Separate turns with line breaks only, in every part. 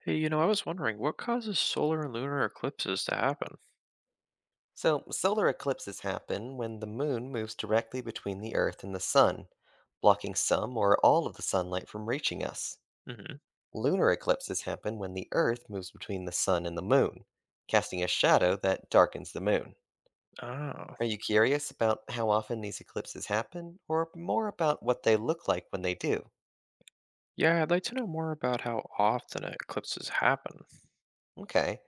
Hey, I was wondering what causes solar and lunar eclipses to happen?
So, solar eclipses happen when the moon moves directly between the Earth and the sun, blocking some or all of the sunlight from reaching us.
Hmm.
Lunar eclipses happen when the Earth moves between the sun and the moon, casting a shadow that darkens the moon.
Oh,
Are you curious about how often these eclipses happen, or more about what they look like when they do?
yeah, I'd like to know more about how often eclipses happen.
Okay.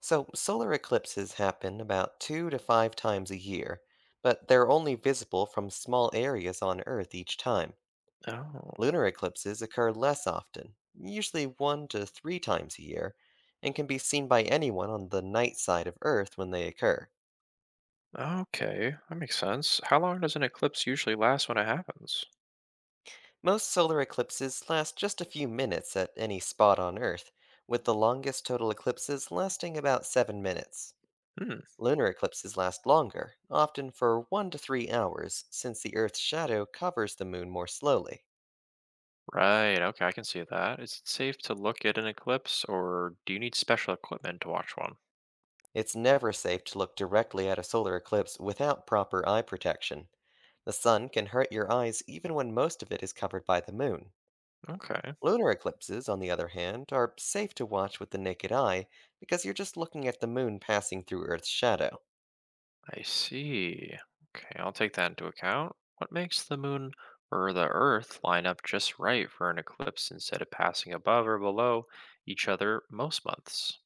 So, solar eclipses happen about two to five times a year, but they're only visible from small areas on Earth each time.
Oh,
Lunar eclipses occur less often, usually one to three times a year, and can be seen by anyone on the night side of Earth when they occur.
okay, that makes sense. How long does an eclipse usually last when it happens?
Most solar eclipses last just a few minutes at any spot on Earth, with the longest total eclipses lasting about 7 minutes.
Hmm,
Lunar eclipses last longer, often for 1 to 3 hours, since the Earth's shadow covers the moon more slowly.
right, okay, I can see that. Is it safe to look at an eclipse, or do you need special equipment to watch one?
It's never safe to look directly at a solar eclipse without proper eye protection. The sun can hurt your eyes even when most of it is covered by the moon.
Okay.
Lunar eclipses, on the other hand, are safe to watch with the naked eye because you're just looking at the moon passing through Earth's shadow.
I see. Okay, I'll take that into account. What makes the moon or the earth line up just right for an eclipse instead of passing above or below each other most months?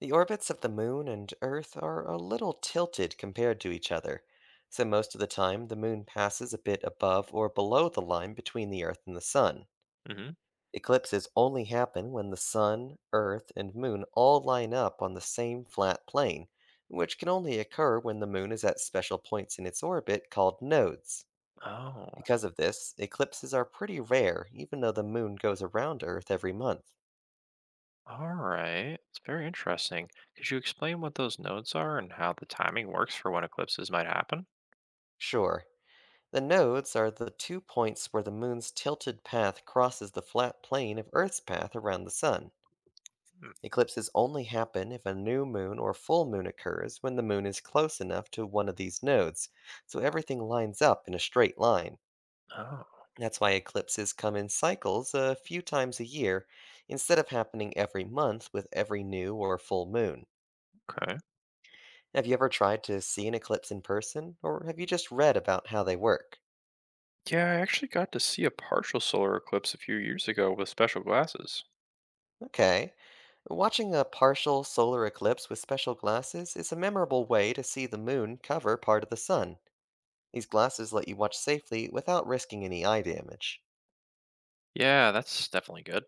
The orbits of the moon and Earth are a little tilted compared to each other, so most of the time the moon passes a bit above or below the line between the Earth and the sun.
Hmm.
Eclipses only happen when the sun, earth, and moon all line up on the same flat plane, which can only occur when the moon is at special points in its orbit called nodes.
Oh,
Because of this, eclipses are pretty rare, even though the moon goes around Earth every month.
all right. It's very interesting. Could you explain what those nodes are and how the timing works for when eclipses might happen?
Sure, the nodes are the two points where the moon's tilted path crosses the flat plane of Earth's path around the sun.
Hmm.
Eclipses only happen if a new moon or full moon occurs when the moon is close enough to one of these nodes, so everything lines up in a straight line.
Oh,
That's why eclipses come in cycles a few times a year instead of happening every month with every new or full moon.
okay.
Have you ever tried to see an eclipse in person, or have you just read about how they work?
Yeah, I actually got to see a partial solar eclipse a few years ago with special glasses.
Okay. Watching a partial solar eclipse with special glasses is a memorable way to see the moon cover part of the sun. These glasses let you watch safely without risking any eye damage.
Yeah, that's definitely good.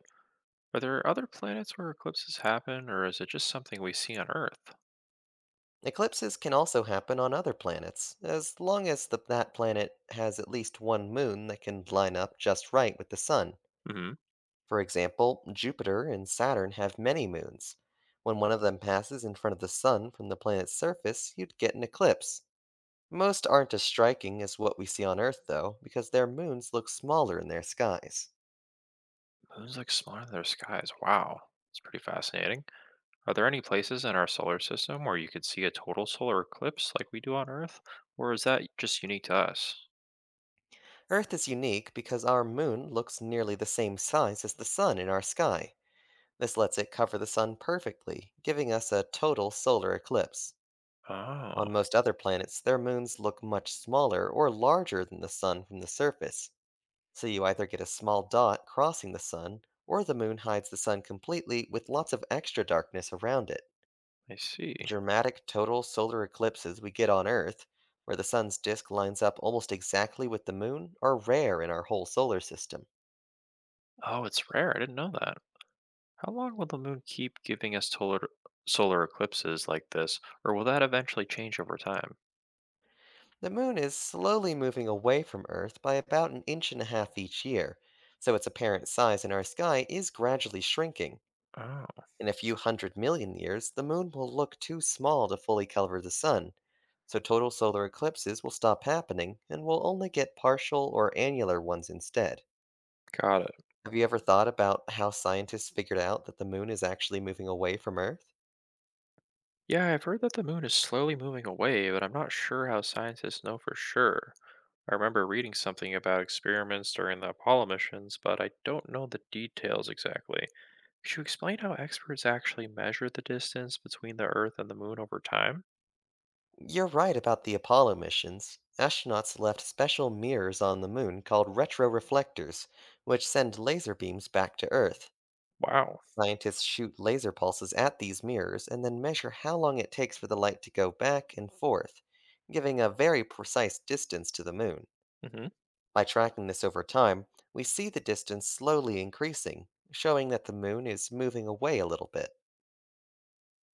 Are there other planets where eclipses happen, or is it just something we see on Earth?
Eclipses can also happen on other planets, as long as that planet has at least one moon that can line up just right with the sun.
Hmm.
For example, Jupiter and Saturn have many moons. When one of them passes in front of the sun from the planet's surface, you'd get an eclipse. Most aren't as striking as what we see on Earth, though, because their moons look smaller in their skies.
Moons look smaller than their skies. Wow, it's pretty fascinating. Are there any places in our solar system where you could see a total solar eclipse like we do on Earth, or is that just unique to us?
Earth is unique because our moon looks nearly the same size as the sun in our sky. This lets it cover the sun perfectly, giving us a total solar eclipse.
Oh,
On most other planets, their moons look much smaller or larger than the sun from the surface, so you either get a small dot crossing the sun, or the moon hides the sun completely with lots of extra darkness around it.
I see.
Dramatic total solar eclipses we get on Earth, where the sun's disk lines up almost exactly with the moon, are rare in our whole solar system.
Oh, it's rare. I didn't know that. How long will the moon keep giving us solar eclipses like this, or will that eventually change over time?
The moon is slowly moving away from Earth by about an inch and a half each year, so its apparent size in our sky is gradually shrinking.
Oh,
In a few hundred million years, the moon will look too small to fully cover the sun, so total solar eclipses will stop happening and we'll only get partial or annular ones instead.
got it.
Have you ever thought about how scientists figured out that the moon is actually moving away from Earth?
Yeah, I've heard that the moon is slowly moving away, but I'm not sure how scientists know for sure. I remember reading something about experiments during the Apollo missions, but I don't know the details exactly. Could you explain how experts actually measure the distance between the Earth and the moon over time?
You're right about the Apollo missions. Astronauts left special mirrors on the moon called retroreflectors, which send laser beams back to Earth.
Wow.
Scientists shoot laser pulses at these mirrors and then measure how long it takes for the light to go back and forth, giving a very precise distance to the moon.
Hmm.
By tracking this over time, we see the distance slowly increasing, showing that the moon is moving away a little bit.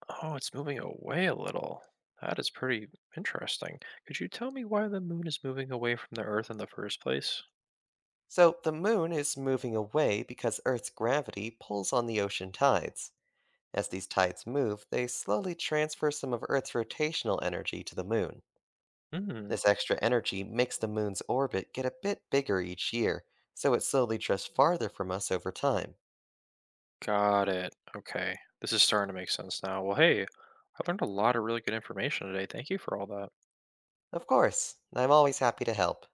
Oh, it's moving away a little. That is pretty interesting. Could you tell me why the moon is moving away from the Earth in the first place?
So, the moon is moving away because Earth's gravity pulls on the ocean tides. As these tides move, they slowly transfer some of Earth's rotational energy to the moon.
Hmm.
This extra energy makes the moon's orbit get a bit bigger each year, so it slowly drifts farther from us over time.
Got it. Okay. This is starting to make sense now. Well, hey, I learned a lot of really good information today. Thank you for all that.
Of course, I'm always happy to help.